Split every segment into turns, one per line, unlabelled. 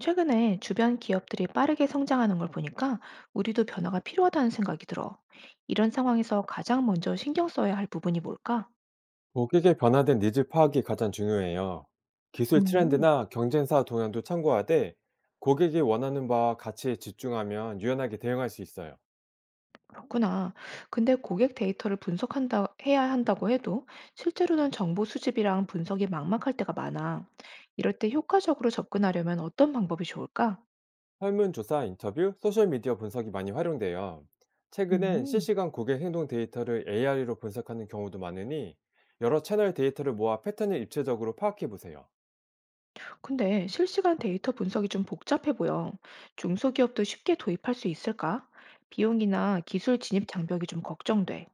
최근에 주변 기업들이 빠르게 성장하는 걸 보니까 우리도 변화가 필요하다는 생각이 들어. 이런 상황에서 가장 먼저 신경 써야 할 부분이 뭘까?
고객의 변화된 니즈 파악이 가장 중요해요. 기술
음,
트렌드나 경쟁사 동향도 참고하되 고객이 원하는 바와 가치에 집중하면 유연하게 대응할 수 있어요.
그렇구나. 근데 고객 데이터를 분석한다, 해야 한다고 해도 실제로는 정보 수집이랑 분석이 막막할 때가 많아. 이럴 때 효과적으로 접근하려면 어떤 방법이 좋을까?
설문조사, 인터뷰, 소셜미디어 분석이 많이 활용돼요. 최근엔
음.
실시간 고객 행동 데이터를 AI로 분석하는 경우도 많으니 여러 채널 데이터를 모아 패턴을 입체적으로 파악해 보세요.
근데 실시간 데이터 분석이 좀 복잡해 보여. 중소기업도 쉽게 도입할 수 있을까? 비용이나 기술 진입 장벽이 좀 걱정돼.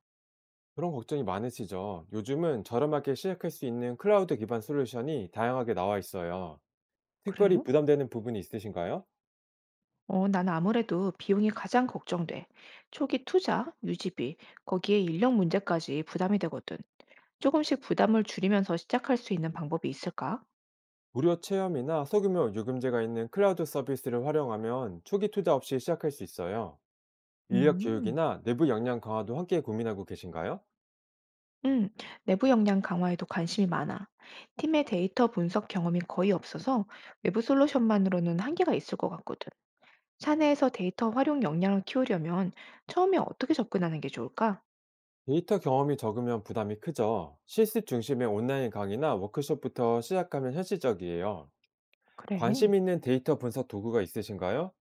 그런 걱정이 많으시죠? 요즘은 저렴하게 시작할 수 있는 클라우드 기반 솔루션이 다양하게 나와 있어요.
그래?
특별히 부담되는 부분이 있으신가요?
어, 난 아무래도 비용이 가장 걱정돼. 초기 투자, 유지비, 거기에 인력 문제까지 부담이 되거든. 조금씩 부담을 줄이면서 시작할 수 있는 방법이 있을까?
무료 체험이나 소규모 요금제가 있는 클라우드 서비스를 활용하면 초기 투자 없이 시작할 수 있어요. 인력
음,
교육이나 내부 역량 강화도 함께 고민하고 계신가요?
음, 내부 역량 강화에도 관심이 많아. 팀의 데이터 분석 경험이 거의 없어서 외부 솔루션만으로는 한계가 있을 것 같거든. 사내에서 데이터 활용 역량을 키우려면 처음에 어떻게 접근하는 게 좋을까?
데이터 경험이 적으면 부담이 크죠. 실습 중심의 온라인 강의나 워크숍부터 시작하면 현실적이에요.
그래.
관심 있는 데이터 분석 도구가 있으신가요?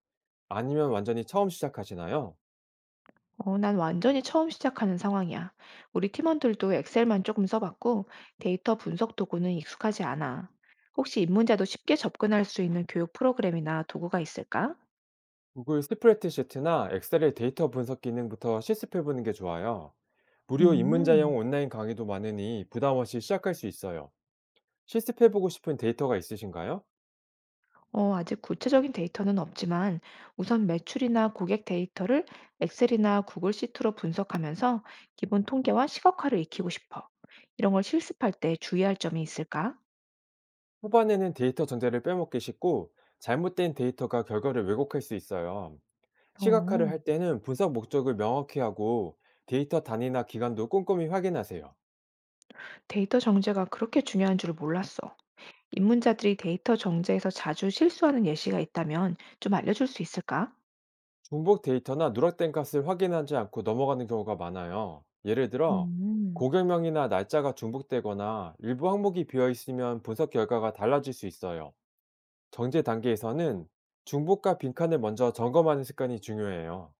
아니면 완전히 처음 시작하시나요?
어, 난 완전히 처음 시작하는 상황이야. 우리 팀원들도 엑셀만 조금 써봤고 데이터 분석 도구는 익숙하지 않아. 혹시 입문자도 쉽게 접근할 수 있는 교육 프로그램이나 도구가 있을까?
구글 스프레드시트나 엑셀의 데이터 분석 기능부터 실습해보는 게 좋아요. 무료
음,
입문자용 온라인 강의도 많으니 부담 없이 시작할 수 있어요. 실습해보고 싶은 데이터가 있으신가요?
어, 아직 구체적인 데이터는 없지만 우선 매출이나 고객 데이터를 엑셀이나 구글 시트로 분석하면서 기본 통계와 시각화를 익히고 싶어. 이런 걸 실습할 때 주의할 점이 있을까?
후반에는 데이터 전제를 빼먹기 쉽고 잘못된 데이터가 결과를 왜곡할 수 있어요. 시각화를
어.
할 때는 분석 목적을 명확히 하고 데이터 단위나 기간도 꼼꼼히 확인하세요.
데이터 정제가 그렇게 중요한 줄 몰랐어. 입문자들이 데이터 정제에서 자주 실수하는 예시가 있다면 좀 알려줄 수 있을까?
중복 데이터나 누락된 값을 확인하지 않고 넘어가는 경우가 많아요. 예를 들어
음,
고객명이나 날짜가 중복되거나 일부 항목이 비어 있으면 분석 결과가 달라질 수 있어요. 정제 단계에서는 중복과 빈칸을 먼저 점검하는 습관이 중요해요.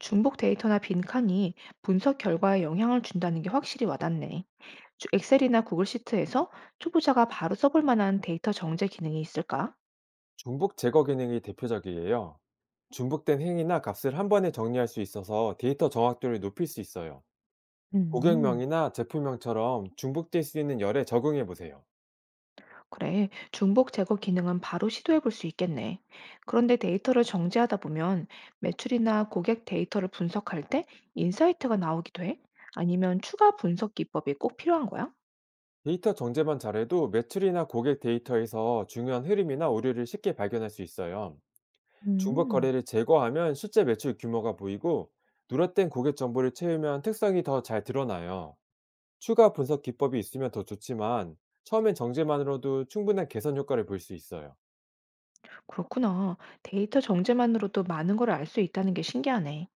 중복 데이터나 빈칸이 분석 결과에 영향을 준다는 게 확실히 와닿네. 엑셀이나 구글 시트에서 초보자가 바로 써볼 만한 데이터 정제 기능이 있을까?
중복 제거 기능이 대표적이에요. 중복된 행위나 값을 한 번에 정리할 수 있어서 데이터 정확도를 높일 수 있어요.
음.
고객명이나 제품명처럼 중복될 수 있는 열에 적응해 보세요.
그래, 중복 제거 기능은 바로 시도해 볼 수 있겠네. 그런데 데이터를 정제하다 보면 매출이나 고객 데이터를 분석할 때 인사이트가 나오기도 해? 아니면 추가 분석 기법이 꼭 필요한 거야?
데이터 정제만 잘해도 매출이나 고객 데이터에서 중요한 흐름이나 오류를 쉽게 발견할 수 있어요. 중복
음,
거래를 제거하면 실제 매출 규모가 보이고 누락된 고객 정보를 채우면 특성이 더 잘 드러나요. 추가 분석 기법이 있으면 더 좋지만 처음엔 정제만으로도 충분한 개선 효과를 볼 수 있어요.
그렇구나. 데이터 정제만으로도 많은 걸 알 수 있다는 게 신기하네.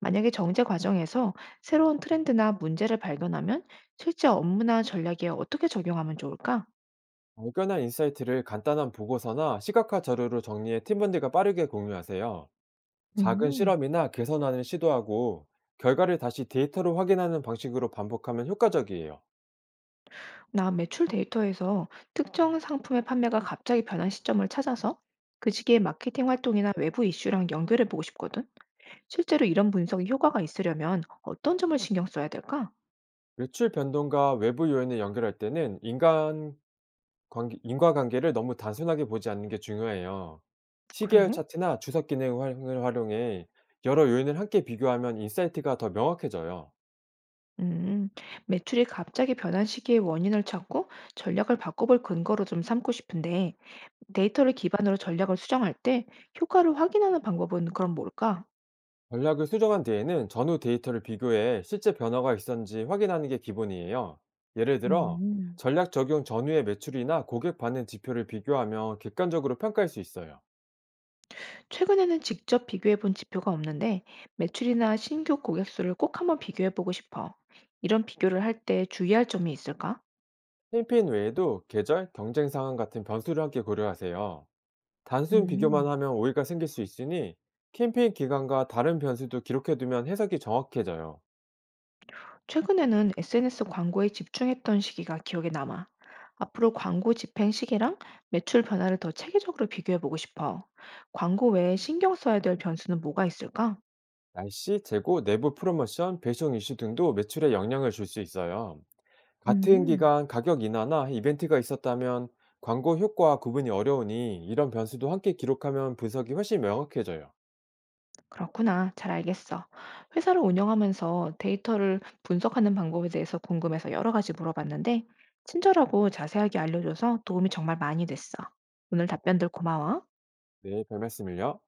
만약에 정제 과정에서 새로운 트렌드나 문제를 발견하면 실제 업무나 전략에 어떻게 적용하면 좋을까?
발견한 인사이트를 간단한 보고서나 시각화 자료로 정리해 팀원들과 빠르게 공유하세요. 작은
음,
실험이나 개선안을 시도하고 결과를 다시 데이터로 확인하는 방식으로 반복하면 효과적이에요.
나 매출 데이터에서 특정 상품의 판매가 갑자기 변한 시점을 찾아서 그 시기의 마케팅 활동이나 외부 이슈랑 연결해 보고 싶거든. 실제로 이런 분석이 효과가 있으려면 어떤 점을 신경 써야 될까?
매출 변동과 외부 요인을 연결할 때는 인간 관계, 인과관계를 너무 단순하게 보지 않는 게 중요해요.
그래?
시계열 차트나 주석 기능을 활용해 여러 요인을 함께 비교하면 인사이트가 더 명확해져요.
음, 매출이 갑자기 변한 시기의 원인을 찾고 전략을 바꿔볼 근거로 좀 삼고 싶은데 데이터를 기반으로 전략을 수정할 때 효과를 확인하는 방법은 그럼 뭘까?
전략을 수정한 뒤에는 전후 데이터를 비교해 실제 변화가 있었는지 확인하는 게 기본이에요. 예를 들어,
음,
전략 적용 전후의 매출이나 고객 반응 지표를 비교하면 객관적으로 평가할 수 있어요.
최근에는 직접 비교해본 지표가 없는데 매출이나 신규 고객 수를 꼭 한번 비교해보고 싶어. 이런 비교를 할 때 주의할 점이 있을까?
캠페인 외에도 계절, 경쟁 상황 같은 변수를 함께 고려하세요. 단순 비교만
음.
하면 오해가 생길 수 있으니 캠페인 기간과 다른 변수도 기록해두면 해석이 정확해져요.
최근에는 SNS 광고에 집중했던 시기가 기억에 남아. 앞으로 광고 집행 시기랑 매출 변화를 더 체계적으로 비교해 보고 싶어. 광고 외에 신경 써야 될 변수는 뭐가 있을까?
날씨, 재고, 내부 프로모션, 배송 이슈 등도 매출에 영향을 줄 수 있어요. 같은
음,
기간 가격 인하나 이벤트가 있었다면 광고 효과와 구분이 어려우니 이런 변수도 함께 기록하면 분석이 훨씬 명확해져요.
그렇구나. 잘 알겠어. 회사를 운영하면서 데이터를 분석하는 방법에 대해서 궁금해서 여러 가지 물어봤는데, 친절하고 자세하게 알려줘서 도움이 정말 많이 됐어. 오늘 답변들 고마워.
네, 별 말씀을요.